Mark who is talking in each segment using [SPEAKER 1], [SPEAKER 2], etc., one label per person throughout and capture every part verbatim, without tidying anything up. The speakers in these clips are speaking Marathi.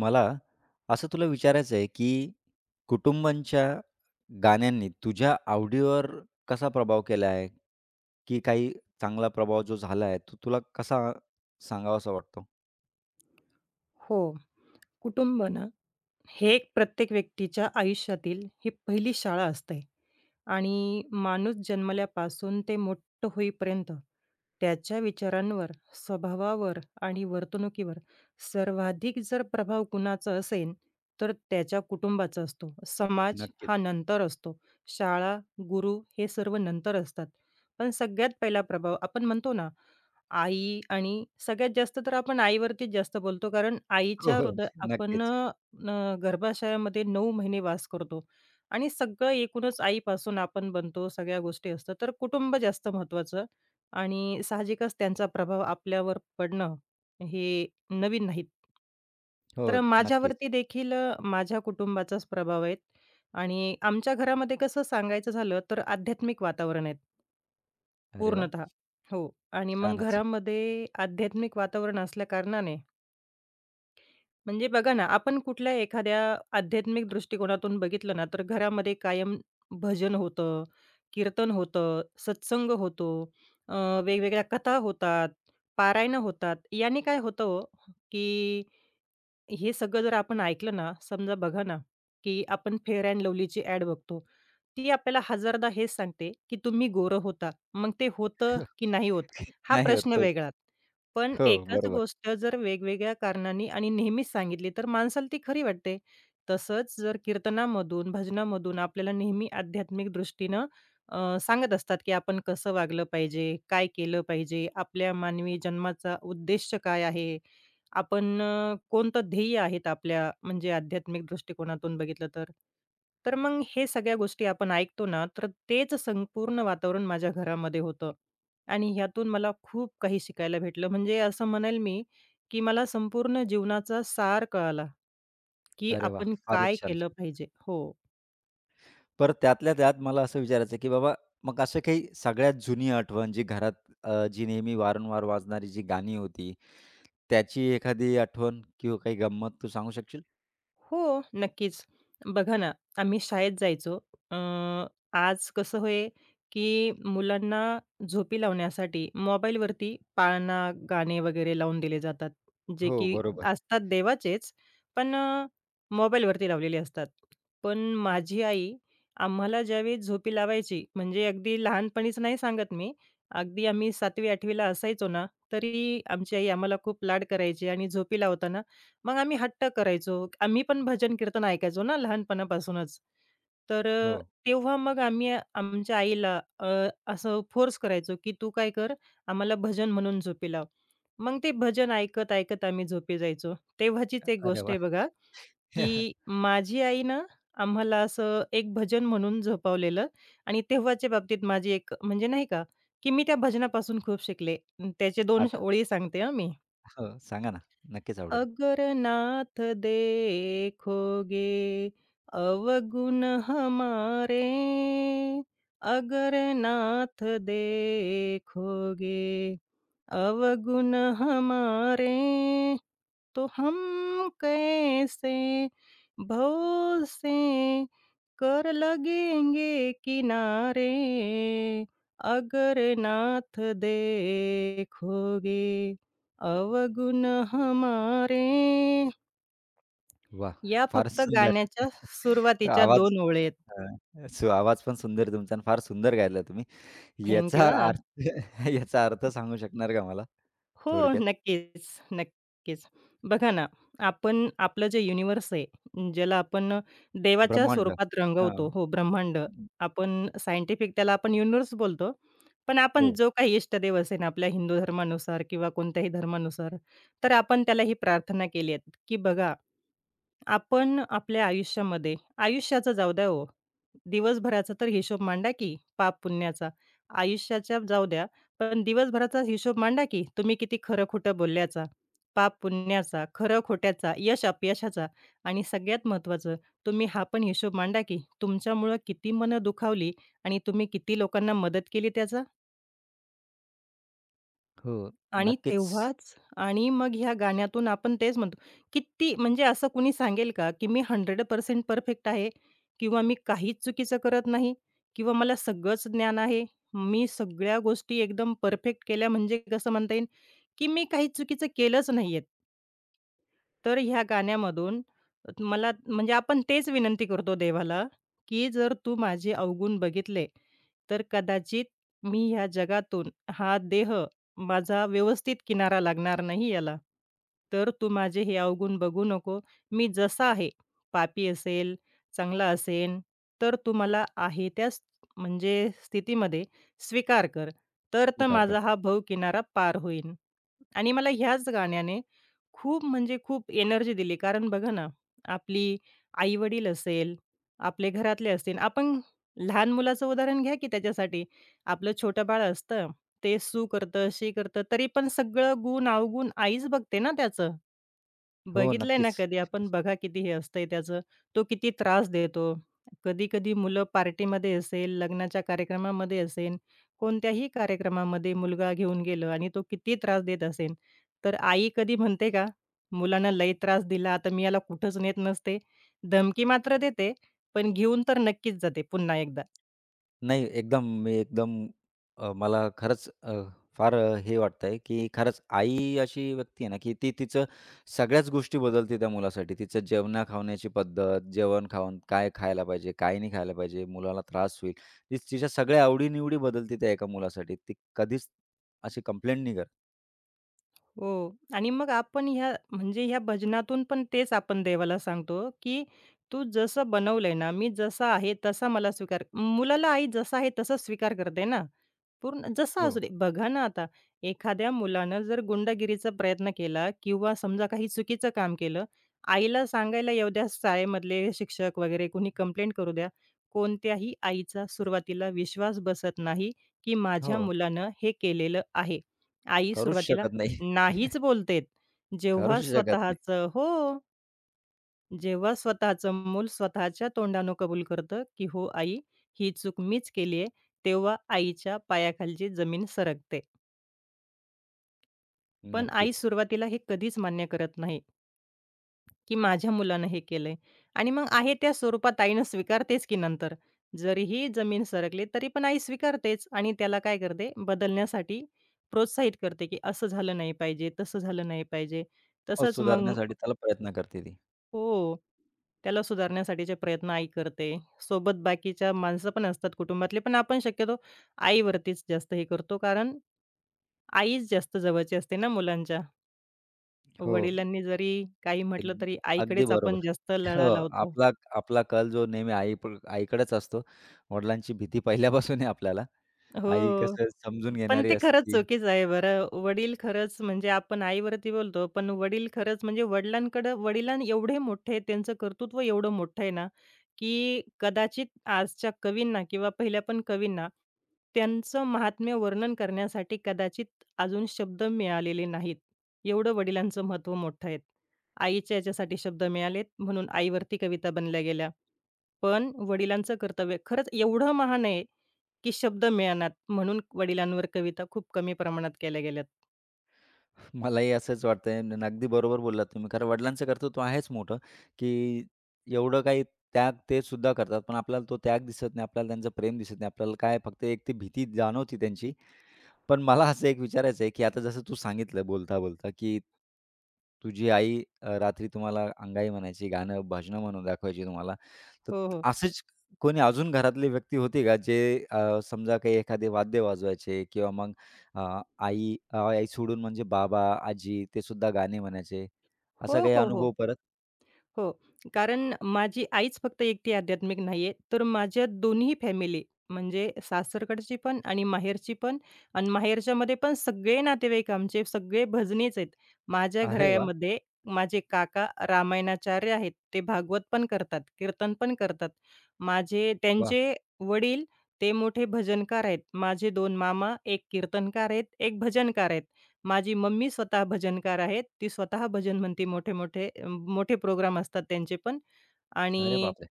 [SPEAKER 1] मला असं तुला विचारायचं आहे, की कुटुंबांच्या गाण्यांनी तुझ्या आवडीवर कसा प्रभाव केला आहे? की काही चांगला प्रभाव जो झाला आहे, तो तुला कसा सांगावासा वाटतो?
[SPEAKER 2] हो. कुटुंब ना, हे एक प्रत्येक व्यक्तीच्या आयुष्यातील ही पहिली शाळा असते आणि माणूस जन्मल्यापासून ते मोठं होईपर्यंत त्याच्या विचारांवर, स्वभावावर आणि वर्तणुकीवर सर्वाधिक जर प्रभाव कुणाचा असेल, तर त्याच्या कुटुंबाचा असतो. समाज
[SPEAKER 1] नक्कीच.
[SPEAKER 2] हा नंतर असतो. शाळा, गुरु हे सर्व नंतर असतात. पण सगळ्यात पहिला प्रभाव आपण म्हणतो ना आई आणि सगळ्यात जास्त तर आपण आईवरतीच जास्त बोलतो कारण
[SPEAKER 1] हो,
[SPEAKER 2] आईच्या
[SPEAKER 1] हो.
[SPEAKER 2] हृदय आपण
[SPEAKER 1] नक्कीच.
[SPEAKER 2] अ, न गर्भाशयामध्ये नऊ महिने वास करतो आणि सगळं एकूणच आईपासून आपण बनतो, सगळ्या गोष्टी असतात. तर कुटुंब जास्त महत्त्वाचं आणि साहजिकच त्यांचा प्रभाव आपल्यावर पडणं हे नवीन नाहीत.
[SPEAKER 1] हो,
[SPEAKER 2] तर
[SPEAKER 1] नक्कीच.
[SPEAKER 2] माझ्यावरती देखील अ, माझ्या कुटुंबाचाच प्रभाव आहे आणि आमच्या घरामध्ये कसं सांगायचं झालं तर आध्यात्मिक वातावरण आहे.
[SPEAKER 1] अरे वाह!
[SPEAKER 2] पूर्णतः. हो. आणि मग
[SPEAKER 1] छानच.
[SPEAKER 2] घरामध्ये आध्यात्मिक वातावरण असल्याकारणाने म्हणजे बघा ना, आपण कुठल्या एखाद्या आध्यात्मिक दृष्टिकोनातून बघितलं ना, तर घरामध्ये कायम भजन होतं, कीर्तन होतं, सत्संग होतो, अ, वेगवेगळ्या कथा होतात, पारायणं होतात. याने काय होतं हो, की हे सगळं जर आपण ऐकलं ना, समजा बघा ना, की आपण फेअर अँड लव्हलीची ॲड बघतो. ती आपल्याला हजारदा हेच सांगते, की तुम्ही गोरं होता. मग ते होतं की नाही होत, हा
[SPEAKER 1] नाही होत
[SPEAKER 2] प्रश्न
[SPEAKER 1] तो.
[SPEAKER 2] वेगळा. पण
[SPEAKER 1] हो,
[SPEAKER 2] एकच
[SPEAKER 1] बरोबर.
[SPEAKER 2] गोष्ट जर वेगवेगळ्या कारणांनी आणि नेहमीच सांगितली, तर माणसाला ती खरी वाटते. तसंच जर कीर्तनामधून, भजनामधून आपल्याला नेहमी आध्यात्मिक दृष्टीनं अ, सांगत असतात, की आपण कसं वागलं पाहिजे, काय केलं पाहिजे, आपल्या मानवी जन्माचा उद्देश काय आहे, आपण अ, कोणतं ध्येय आहेत आपल्या म्हणजे आध्यात्मिक दृष्टिकोनातून बघितलं तर. तर मग हे सगळ्या गोष्टी आपण ऐकतो ना, तर तेच संपूर्ण वातावरण माझ्या घरामध्ये होतं आणि ह्यातून मला खूप काही शिकायला भेटलं. म्हणजे असं म्हणेल मी, की मला संपूर्ण जीवनाचा सार कळाला, की
[SPEAKER 1] अरे वाह!
[SPEAKER 2] आपण
[SPEAKER 1] फारच
[SPEAKER 2] काय
[SPEAKER 1] छान.
[SPEAKER 2] केलं पाहिजे? हो.
[SPEAKER 1] पर त्यातल्या त्यात मला असं विचारायचं आहे, की बाबा मग असं काही सगळ्यात जुनी आठवण जी घरात अ, जी नेहमी वारंवार वाजणारी जी गाणी होती, त्याची एखादी आठवण किंवा काही गंमत तू सांगू शकशील?
[SPEAKER 2] हो, नक्कीच. बघा ना, आम्ही शाळेत जायचो. अ, आज कसं होय, की मुलांना झोपी लावण्यासाठी मोबाईलवरती पाळणा, गाणे वगैरे लावून दिले जातात, जे
[SPEAKER 1] हो,
[SPEAKER 2] की
[SPEAKER 1] बरोबर.
[SPEAKER 2] असतात देवाचेच, पण अ, मोबाईलवरती लावलेले असतात. पण माझी आई आम्हाला ज्यावेळी झोपी लावायची, म्हणजे अगदी लहानपणीच नाही सांगत मी, अगदी आम्ही सातवी आठवी असायचो ना, तरी आमची आई आम्हाला खूप लाड करायची आणि झोपी लावताना मग आम्ही हट्ट करायचो. आम्ही पण भजन-कीर्तन ऐकायचो ना लहानपणापासूनच. तर
[SPEAKER 1] हो.
[SPEAKER 2] अ, तेव्हा मग आम्ही आमच्या आईला अ, असं फोर्स करायचो, की "तू काय कर, आम्हाला भजन म्हणून झोपी लाव." मग ते भजन ऐकत, ऐकत आम्ही झोपी जायचो. तेव्हाचीच एक
[SPEAKER 1] अरे
[SPEAKER 2] गोष्ट
[SPEAKER 1] वाह!
[SPEAKER 2] आहे बघा, की माझी आई ना आम्हाला असं एक भजन म्हणून झोपवलेलं आणि तेव्हाच्या बाबतीत माझी एक म्हणजे नाही का, की मी त्या भजनापासून खूप शिकले. अन त्याचे दोन
[SPEAKER 1] आठ
[SPEAKER 2] ओळी सांगते हां मी.
[SPEAKER 1] हो, सांगा ना. नक्कीच आवडेल.
[SPEAKER 2] अगर नाथ देखोगे अवगुण हमारे अगर नाथ देखोगे अवगुण हमारे तो हम कैसे भव से कर लगेंगे किनारे अगर नाथ देखोगे अवगुण हमारे.
[SPEAKER 1] वाह!
[SPEAKER 2] या
[SPEAKER 1] फारच
[SPEAKER 2] फक्त
[SPEAKER 1] सुंदर.
[SPEAKER 2] गाण्याच्या सुरुवातीच्या
[SPEAKER 1] आवाज
[SPEAKER 2] दोन ओळी आहेत.
[SPEAKER 1] अ, सो आवाज पण सुंदर तुमचा आणि फार सुंदर गायला तुम्ही.
[SPEAKER 2] थँक यू
[SPEAKER 1] याचा
[SPEAKER 2] हां.
[SPEAKER 1] अर्थ याचा अर्थ सांगू शकणार का मला
[SPEAKER 2] हो,
[SPEAKER 1] थोडक्यात?
[SPEAKER 2] नक्कीच, नक्कीच. बघा ना, आपण आपलं जे युनिव्हर्स आहे, ज्याला आपण देवाच्या
[SPEAKER 1] ब्रह्मांड.
[SPEAKER 2] स्वरूपात
[SPEAKER 1] हां.
[SPEAKER 2] रंगवतो. हो, ब्रह्मांड. आपण सायंटिफिक त्याला आपण युनिव्हर्स बोलतो. पण आपण
[SPEAKER 1] हो.
[SPEAKER 2] जो काही इष्टदेव असेल आपल्या हिंदू धर्मानुसार किंवा कोणत्याही धर्मानुसार, तर आपण त्याला ही प्रार्थना केली आहे, की बघा आपण आपल्या आयुष्यामध्ये आयुष्याचा जाऊ द्या हो, दिवसभराचा तर हिशोब मांडा की पाप-पुण्याचा. आयुष्याच्या जाऊ द्या, पण दिवसभराचा हिशोब मांडा की तुम्ही किती खरं-खोटं बोलल्याचा, पाप-पुण्याचा, खरं-खोट्याचा, यश-अपयशाचा आणि सगळ्यात महत्त्वाचं तुम्ही हा पण हिशोब मांडा की तुमच्यामुळं किती मनं दुखावली आणि तुम्ही किती लोकांना मदत केली त्याचा?
[SPEAKER 1] हो,
[SPEAKER 2] आणि
[SPEAKER 1] नक्कीच
[SPEAKER 2] तेव्हाच आणि मग ह्या गाण्यातून आपण तेच म्हणतो, किती म्हणजे असं कुणी सांगेल का, की मी शंभर टक्के परफेक्ट आहे किंवा मी काहीच चुकीचं करत नाही किंवा मला सगळंच ज्ञान आहे. मी सगळ्या गोष्टी एकदम परफेक्ट केल्या म्हणजे कसं म्हणता येईल, की मी काही चुकीचं केलंच नाहीये. तर ह्या गाण्यामधून मला म्हणजे आपण तेच विनंती करतो देवाला, की जर तू माझे अवगुण बघितले, तर कदाचित मी ह्या जगातून हा देह माझा व्यवस्थित किनारा लागणार नाही याला. तर तू माझे हे अवगुण बघू नको. मी जसा आहे, पापी असेल, चांगला असेन, तर तू मला आहे त्या स म्हणजे स्थितीमध्ये स्वीकार कर. तर तर
[SPEAKER 1] स्वीकार
[SPEAKER 2] माझा
[SPEAKER 1] कर.
[SPEAKER 2] हा भाऊ किनारा पार होईन. आणि मला ह्याच गाण्याने खूप म्हणजे खूप एनर्जी दिली. कारण बघा ना, आपली आई-वडील असेल, आपले घरातले असतील. आपण लहान मुलाचं उदाहरण घ्या की त्याच्यासाठी. आपलं छोटं बाळ असतं, ते सू करतं, शी करतं, तरी पण सगळं गुण-अवगुण आईच बघते ना त्याचं.
[SPEAKER 1] हो,
[SPEAKER 2] बघितलंय ना
[SPEAKER 1] नक्कीच.
[SPEAKER 2] कधी आपण बघा किती हे असतंय त्याचं. तो किती त्रास देतो. कधी-कधी मुलं पार्टीमध्ये असेल, लग्नाच्या कार्यक्रमामध्ये असेल, कोणत्याही कार्यक्रमामध्ये मुलगा घेऊन गेलं आणि तो किती त्रास देत असेल. तर आई कधी म्हणते का, "मुलांना लई त्रास दिला, आता मी याला कुठंच नेत नसते." धमकी मात्र देते, पण घेऊन तर नक्कीच जाते पुन्हा एकदा.
[SPEAKER 1] नाही एकदम मी एकदम अ, मला खरंच अ, फार अ, हे वाटतंय, की खरंच आई अशी व्यक्ती आहे ना, की ती तिचं सगळ्याच गोष्टी बदलते त्या मुलासाठी. तिचं जेवणा-खावण्याची पद्धत, जेवण-खावण, काय खायला पाहिजे, काय नाही खायला पाहिजे, मुलाला त्रास होईल. ती तिच्या सगळ्या आवडी बदलते त्या एका मुलासाठी. ती कधीच अशी कंप्लेंट नाही करत.
[SPEAKER 2] हो. आणि मग आपण ह्या म्हणजे ह्या भजनातून पण तेच आपण देवाला सांगतो, की "तू जसं बनवलंय ना, मी जसा आहे तसा मला स्वीकार" मुलाला आई जसा आहे तसाच स्वीकार करते ना. पूर्ण जसा असू
[SPEAKER 1] हो.
[SPEAKER 2] दे. बघा ना आता, एखाद्या मुलानं जर गुंडागिरीचा प्रयत्न केला किंवा समजा काही चुकीचं काम केलं, आईला सांगायला येऊ द्या शाळेमधले शिक्षक वगैरे कोणी कंप्लेंट करू द्या. कोणत्याही आईचा सुरुवातीला विश्वास बसत नाही, की माझ्या
[SPEAKER 1] हो,
[SPEAKER 2] मुलानं हे केलेलं आहे. आई
[SPEAKER 1] करूच
[SPEAKER 2] सुरुवातीला
[SPEAKER 1] शकत नाही.
[SPEAKER 2] नाहीच बोलतेत.
[SPEAKER 1] करूच
[SPEAKER 2] जेव्हा
[SPEAKER 1] शकत नाही.
[SPEAKER 2] स्वतःचं हो. जेव्हा स्वतःचं मूल स्वतःच्या तोंडानं कबूल करतं, की "हो आई, ही चूक मीच केली आहे." तेव्हा आईच्या पायाखालची जमीन सरकते. पण आई
[SPEAKER 1] नक्कीच.
[SPEAKER 2] सुरुवातीला हे कधीच मान्य करत नाही, की माझ्या मुलानं हे केलंय आणि मग आहे त्या स्वरूपात आईनं स्वीकारतेच की नंतर. जरीही जमीन सरकली तरी पण आई स्वीकारतेच आणि त्याला काय करते बदलण्यासाठी प्रोत्साहित करते, की असं झालं नाही पाहिजे, तसं झालं नाही पाहिजे.
[SPEAKER 1] हो,
[SPEAKER 2] तसंच मग
[SPEAKER 1] सुधारण्यासाठी त्याला प्रयत्न करते ती.
[SPEAKER 2] हो. त्याला सुधारण्यासाठीचे प्रयत्न आई करते. सोबत बाकीच्या माणसं पण असतात कुटुंबातली, पण आपण शक्यतो आईवरतीच जास्त हे करतो. कारण आईच जास्त जवळची असते ना मुलांच्या.
[SPEAKER 1] हो.
[SPEAKER 2] वडिलांनी जरी काही
[SPEAKER 1] अग
[SPEAKER 2] म्हटलं तरी
[SPEAKER 1] अगदी
[SPEAKER 2] आईकडेच
[SPEAKER 1] बरोबर.
[SPEAKER 2] आपण जास्त
[SPEAKER 1] हो,
[SPEAKER 2] लळा लावतो.
[SPEAKER 1] आपला आपला कल जो नेहमी आई पण आईकडेच असतो. वडिलांची भीती पहिल्यापासून आहे आपल्याला. आई
[SPEAKER 2] हो.
[SPEAKER 1] कसं समजून
[SPEAKER 2] पण
[SPEAKER 1] घेणारी
[SPEAKER 2] ते खरंच
[SPEAKER 1] असती.
[SPEAKER 2] चुकीचं आहे बरं. वडील खरंच म्हणजे आपण आईवरती बोलतो, पण वडील खरंच म्हणजे वडिलांकडं वडिलां एवढे मोठे त्यांचं कर्तृत्व एवढं मोठं आहे ना, की कदाचित आजच्या कवींना किंवा पहिल्या पण कवींना त्यांचं महात्म्य वर्णन करण्यासाठी कदाचित अजून शब्द मिळालेले नाहीत. एवढं वडिलांचं महत्त्व मोठं आहे. आईच्या याच्यासाठी शब्द मिळालेत म्हणून आईवरती कविता बनल्या गेल्या. पण वडिलांचं कर्तव्य खरंच एवढं महान आहे की शब्द मिळेनात म्हणून वडिलांवर कविता खूप कमी प्रमाणात केल्या गेल्यात.
[SPEAKER 1] मलाही असंच वाटतंय आणि अगदी बरोबर बोललात तुम्ही. खरं वडिलांचं कर्तृत्व आहेच मोठं, की एवढं काही त्याग ते सुद्धा करतात. पण आपल्याला तो त्याग दिसत नाही. आपल्याला त्यांचं प्रेम दिसत नाही. आपल्याला काय फक्त एक ती भीती जाणवती त्यांची. पण मला असं एक विचारायचं आहे, की आता जसं तू सांगितलं बोलता-बोलता, की तुझी आई अ, रात्री तुम्हाला अंगाई म्हणायची, गाणं, भजनं म्हणून दाखवायची तुम्हाला. तर
[SPEAKER 2] हो, हो.
[SPEAKER 1] असंच कोणी अजून घरातली व्यक्ती होती का, जे अ, समजा काही एखादे वाद्य वाजवायचे किंवा मग अ, आई अ, आई सोडून म्हणजे बाबा, आजी ते सुद्धा गाणे म्हणायचे.
[SPEAKER 2] हो,
[SPEAKER 1] असा काही
[SPEAKER 2] हो, हो.
[SPEAKER 1] अनुभव परत?
[SPEAKER 2] हो, कारण माझी आईच फक्त एकटी आध्यात्मिक नाहीये, तर माझ्या दोन्ही फॅमिली म्हणजे सासरकडची पण आणि माहेरची पण आणि माहेरच्यामध्ये पण सगळे नातेवाईक आमचे सगळे भजनीच आहेत. माझ्या
[SPEAKER 1] अरे वाह!
[SPEAKER 2] घरामध्ये माझे काका रामायणाचार्य आहेत. ते भागवत पण करतात, कीर्तन पण करतात. माझे
[SPEAKER 1] वाह!
[SPEAKER 2] त्यांचे वडील ते मोठे भजनकार आहेत. माझे दोन मामा, एक कीर्तनकार आहेत, एक भजनकार आहेत. माझी मम्मी स्वतः भजनकार आहेत. ती स्वतः भजन म्हणते मोठे-मोठे अ, मोठे प्रोग्राम असतात त्यांचे पण
[SPEAKER 1] अरे
[SPEAKER 2] आणि
[SPEAKER 1] बापरे!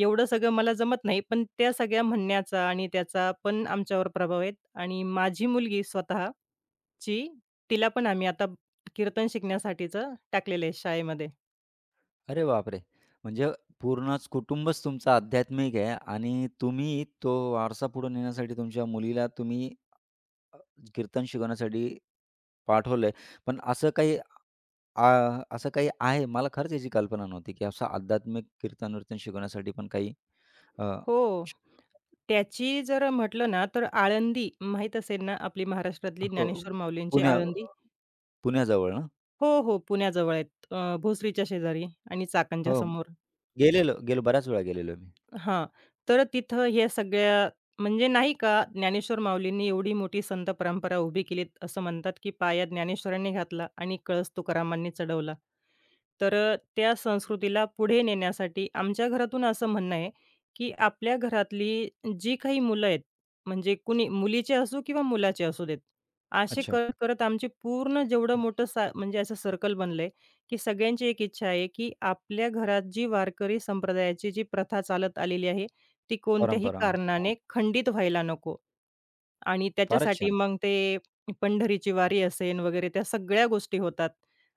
[SPEAKER 2] एवढं सगळं मला जमत नाही. पण त्या सगळ्या म्हणण्याचा आणि त्याचा पण आमच्यावर प्रभाव आहे आणि माझी मुलगी स्वतःची तिला पण आम्ही आता कीर्तन शिकण्यासाठीचं टाकलेलं आहे शाळेमध्ये.
[SPEAKER 1] अरे बापरे! म्हणजे पूर्णच कुटुंबच तुमचं आध्यात्मिक आहे आणि तुम्ही तो वारसा पुढे नेण्यासाठी तुमच्या मुलीला तुम्ही कीर्तन शिकवण्यासाठी पाठवलंय. पण असं काही आ असं काही आहे मला खरंच याची कल्पना नव्हती, की असं आध्यात्मिक कीर्तन-विर्तन शिकवण्यासाठी पण काही अ,
[SPEAKER 2] हो.
[SPEAKER 1] श-
[SPEAKER 2] त्याची जर म्हटलं ना, तर आळंदी माहीत असेल ना, आपली महाराष्ट्रातली ज्ञानेश्वर
[SPEAKER 1] हो.
[SPEAKER 2] माऊलींची
[SPEAKER 1] पुण्या
[SPEAKER 2] आळंदी
[SPEAKER 1] पुण्याजवळ ना?
[SPEAKER 2] हो, हो. पुण्याजवळ आहेत. अ, भोसरीच्या शेजारी आणि चाकणच्या
[SPEAKER 1] हो.
[SPEAKER 2] समोर.
[SPEAKER 1] गेलेलो, गेलो बऱ्याच वेळा गेलेलो मी.
[SPEAKER 2] हां. तर तिथं हे सगळ्या म्हणजे नाही का ज्ञानेश्वर माऊलींनी एवढी मोठी संत परंपरा उभी केली असं म्हणतात, की पाया ज्ञानेश्वरांनी घातला आणि कळस तुकारामांनी चढवला. तर अ, त्या संस्कृतीला पुढे नेण्यासाठी आमच्या घरातून असं म्हणणं आहे, की आपल्या घरातली जी काही मुलं आहेत, म्हणजे कुणी मुलीचे असो किंवा मुलाचे असू देत, असे
[SPEAKER 1] अच्छा.
[SPEAKER 2] करत, करत आमचे पूर्ण जेवढं मोठं सा म्हणजे असं सर्कल बनलं आहे, की सगळ्यांची एक इच्छा आहे, की आपल्या घरात जी वारकरी संप्रदायाची जी प्रथा चालत आलेली आहे, ती कोणत्याही
[SPEAKER 1] परंपरा. हां.
[SPEAKER 2] कारणाने खंडित व्हायला नको. आणि
[SPEAKER 1] फारच
[SPEAKER 2] त्याच्यासाठी
[SPEAKER 1] छान.
[SPEAKER 2] मग ते पंढरीची वारी असेल वगैरे त्या सगळ्या गोष्टी होतात.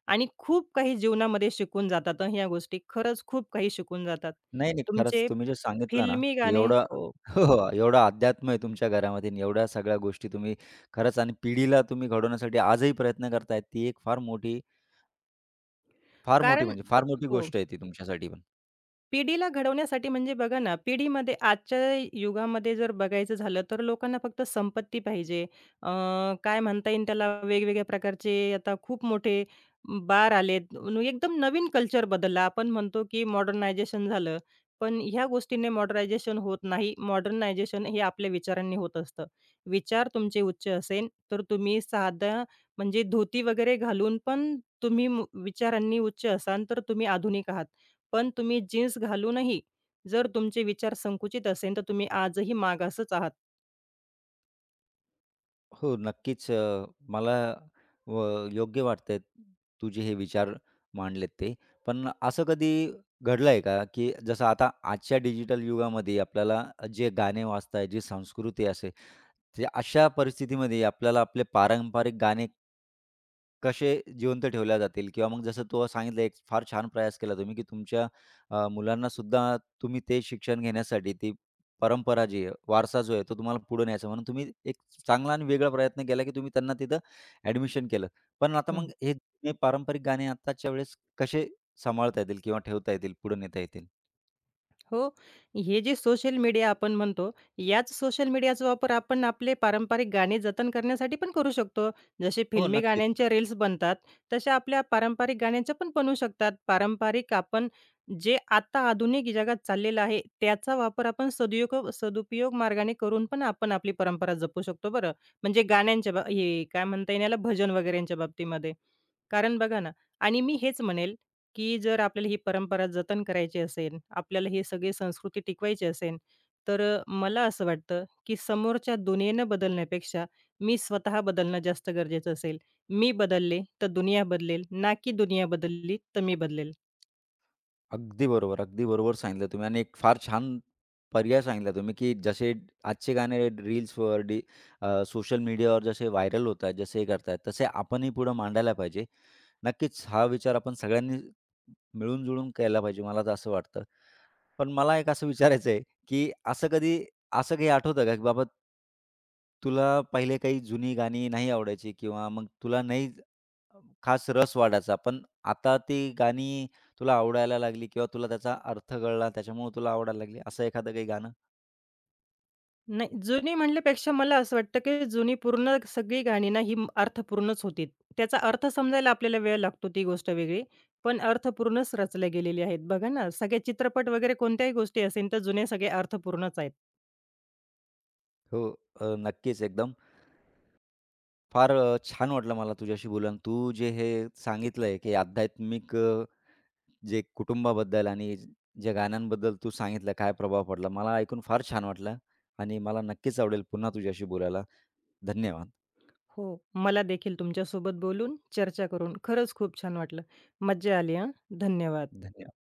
[SPEAKER 2] आणि खूप काही जीवनामध्ये शिकून जातात हं, ह्या गोष्टी. खरंच खूप काही शिकून जातात.
[SPEAKER 1] नाही, नाही. खरंच
[SPEAKER 2] तुमचे
[SPEAKER 1] तुम्ही जे सांगितलं ना,
[SPEAKER 2] फिल्मी
[SPEAKER 1] की
[SPEAKER 2] गाणे
[SPEAKER 1] एवढं
[SPEAKER 2] हो.
[SPEAKER 1] हो, हो. एवढं अध्यात्म आहे तुमच्या घरामध्ये आणि एवढ्या सगळ्या गोष्टी तुम्ही खरंच आणि पिढीला तुम्ही घडवण्यासाठी आजही प्रयत्न करतायत. ती एक फार मोठी फार मोठी
[SPEAKER 2] कारण
[SPEAKER 1] म्हणजे फार मोठी
[SPEAKER 2] हो.
[SPEAKER 1] गोष्ट आहे ती तुमच्यासाठी पण.
[SPEAKER 2] पिढीला घडवण्यासाठी म्हणजे बघा ना, पिढीमध्ये आजच्या युगामध्ये जर बघायचं झालं, तर लोकांना फक्त संपत्ती पाहिजे. अ, काय म्हणता येईल त्याला वेगवेगळ्या प्रकारचे आता खूप मोठे बार आलेत. न एकदम नवीन कल्चर बदलला. आपण म्हणतो, की मॉडर्नायझेशन झालं. पण ह्या गोष्टीने मॉडर्नायझेशन होत नाही. मॉडर्नायझेशन हे आपल्या विचारांनी होत असतं. विचार तुमचे उच्च असेल, तर तुम्ही साधा म्हणजे धोती वगैरे घालून पण तुम्ही मु- विचारांनी उच्च असाल, तर तुम्ही आधुनिक आहात. पण तुम्ही जीन्स घालूनही जर तुमचे विचार संकुचित असेल, तर तुम्ही आजही मागासच आहात.
[SPEAKER 1] हो, नक्कीच अ, मला व योग्य वाटतंय तुझे हे विचार मांडलेत ते. पण असं कधी घडलंय का, की जसं आता आजच्या डिजिटल युगामध्ये आपल्याला जे गाणे वाजतायत, जी संस्कृती असे, ते अशा परिस्थितीमध्ये आपल्याला आपले पारंपरिक गाणे कसे जिवंत ठेवल्या जातील किंवा मग जसं तू सांगितलं एक फार छान प्रयास केला तुम्ही, की तुमच्या अ, मुलांना सुद्धा तुम्ही ते शिक्षण घेण्यासाठी ती परंपरा जी आहे, वारसा जो आहे तो तुम्हाला पुढे न्यायचा म्हणून तुम्ही एक चांगला आणि वेगळा प्रयत्न केला, की तुम्ही त्यांना तिथं ॲडमिशन केलं. पण आता
[SPEAKER 2] हं.
[SPEAKER 1] मग हे जुने पारंपरिक गाणे आत्ताच्या वेळेस कसे सांभाळता येतील किंवा ठेवता येतील, पुढे नेता येतील?
[SPEAKER 2] हो, हे जे सोशल मीडिया आपण म्हणतो, याच सोशल मीडियाचा वापर आपण आपले पारंपरिक गाणे जतन करण्यासाठी पण करू शकतो. जसे
[SPEAKER 1] हो,
[SPEAKER 2] फिल्मी
[SPEAKER 1] नक्कीच.
[SPEAKER 2] गाण्यांच्या रील्स बनतात, तशा आपल्या पारंपरिक गाण्यांच्या पण बनू शकतात. पारंपरिक आपण जे आता आधुनिक जगात चाललेलं आहे, त्याचा वापर आपण सदुयोग सदुपयोग मार्गाने करून पण आपण आपली परंपरा जपू शकतो बरं. म्हणजे गाण्यांच्या बा हे काय म्हणता येईल याला, भजन वगैरेंच्या बाबतीमध्ये. कारण बघा ना आणि मी हेच म्हणेल, की जर आपल्याला ही परंपरा जतन करायची असेल, आपल्याला हे सगळे संस्कृती टिकवायची असेल, तर अ, मला असं वाटतं, की समोरच्या दुनियेनं बदलण्यापेक्षा मी स्वतः बदलणं जास्त गरजेचं असेल. मी बदलले तर दुनिया बदलेल, ना की दुनिया बदलली तर मी बदलेल.
[SPEAKER 1] अगदी बरोबर, अगदी बरोबर सांगितलं तुम्ही आणि एक फार छान पर्याय सांगितला तुम्ही, की जसे आजचे गाणे रील्सवर डी अ, सोशल मीडियावर जसे व्हायरल होत आहेत, जसे हे करतायत, तसे आपणही पुढे मांडायला पाहिजे. नक्कीच हा विचार आपण सगळ्यांनी मिळून-जुळून केला पाहिजे, मला तर असं वाटतं. पण मला एक असं विचारायचं आहे, की असं कधी असं काही आठवतं का, की बाबा तुला पहिले काही जुनी गाणी नाही आवडायची किंवा मग तुला नाही खास रस वाढायचा. पण आता ती गाणी तुला आवडायला लागली किंवा तुला त्याचा अर्थ कळला, त्याच्यामुळे तुला आवडायला लागली, असं एखादं काही गाणं?
[SPEAKER 2] नाही, जुनी म्हणल्यापेक्षा मला असं वाटतं, की जुनी पूर्ण सगळी गाणी ना, ही म- अर्थपूर्णच होती. त्याचा अर्थ समजायला आपल्याला वेळ लागतो, ती गोष्ट वेगळी. पण अर्थपूर्णच रचल्या गेलेली आहेत. बघा ना, सगळे चित्रपट वगैरे कोणत्याही गोष्टी असेल, तर जुने सगळे अर्थपूर्णच आहेत.
[SPEAKER 1] हो, अ, नक्कीच एकदम. फार अ, छान वाटलं मला तुझ्याशी बोलून. तू जे हे सांगितलंय, की आध्यात्मिक अ, जे कुटुंबाबद्दल आणि ज्या गाण्यांबद्दल तू सांगितलं, काय प्रभाव पडला, मला ऐकून फार छान वाटलं आणि मला नक्कीच आवडेल पुन्हा तुझ्याशी बोलायला. धन्यवाद.
[SPEAKER 2] हो. मला देखील तुमच्यासोबत बोलून, चर्चा करून खरंच खूप छान वाटलं. मज्जा आली हां. धन्यवाद.
[SPEAKER 1] धन्यवाद.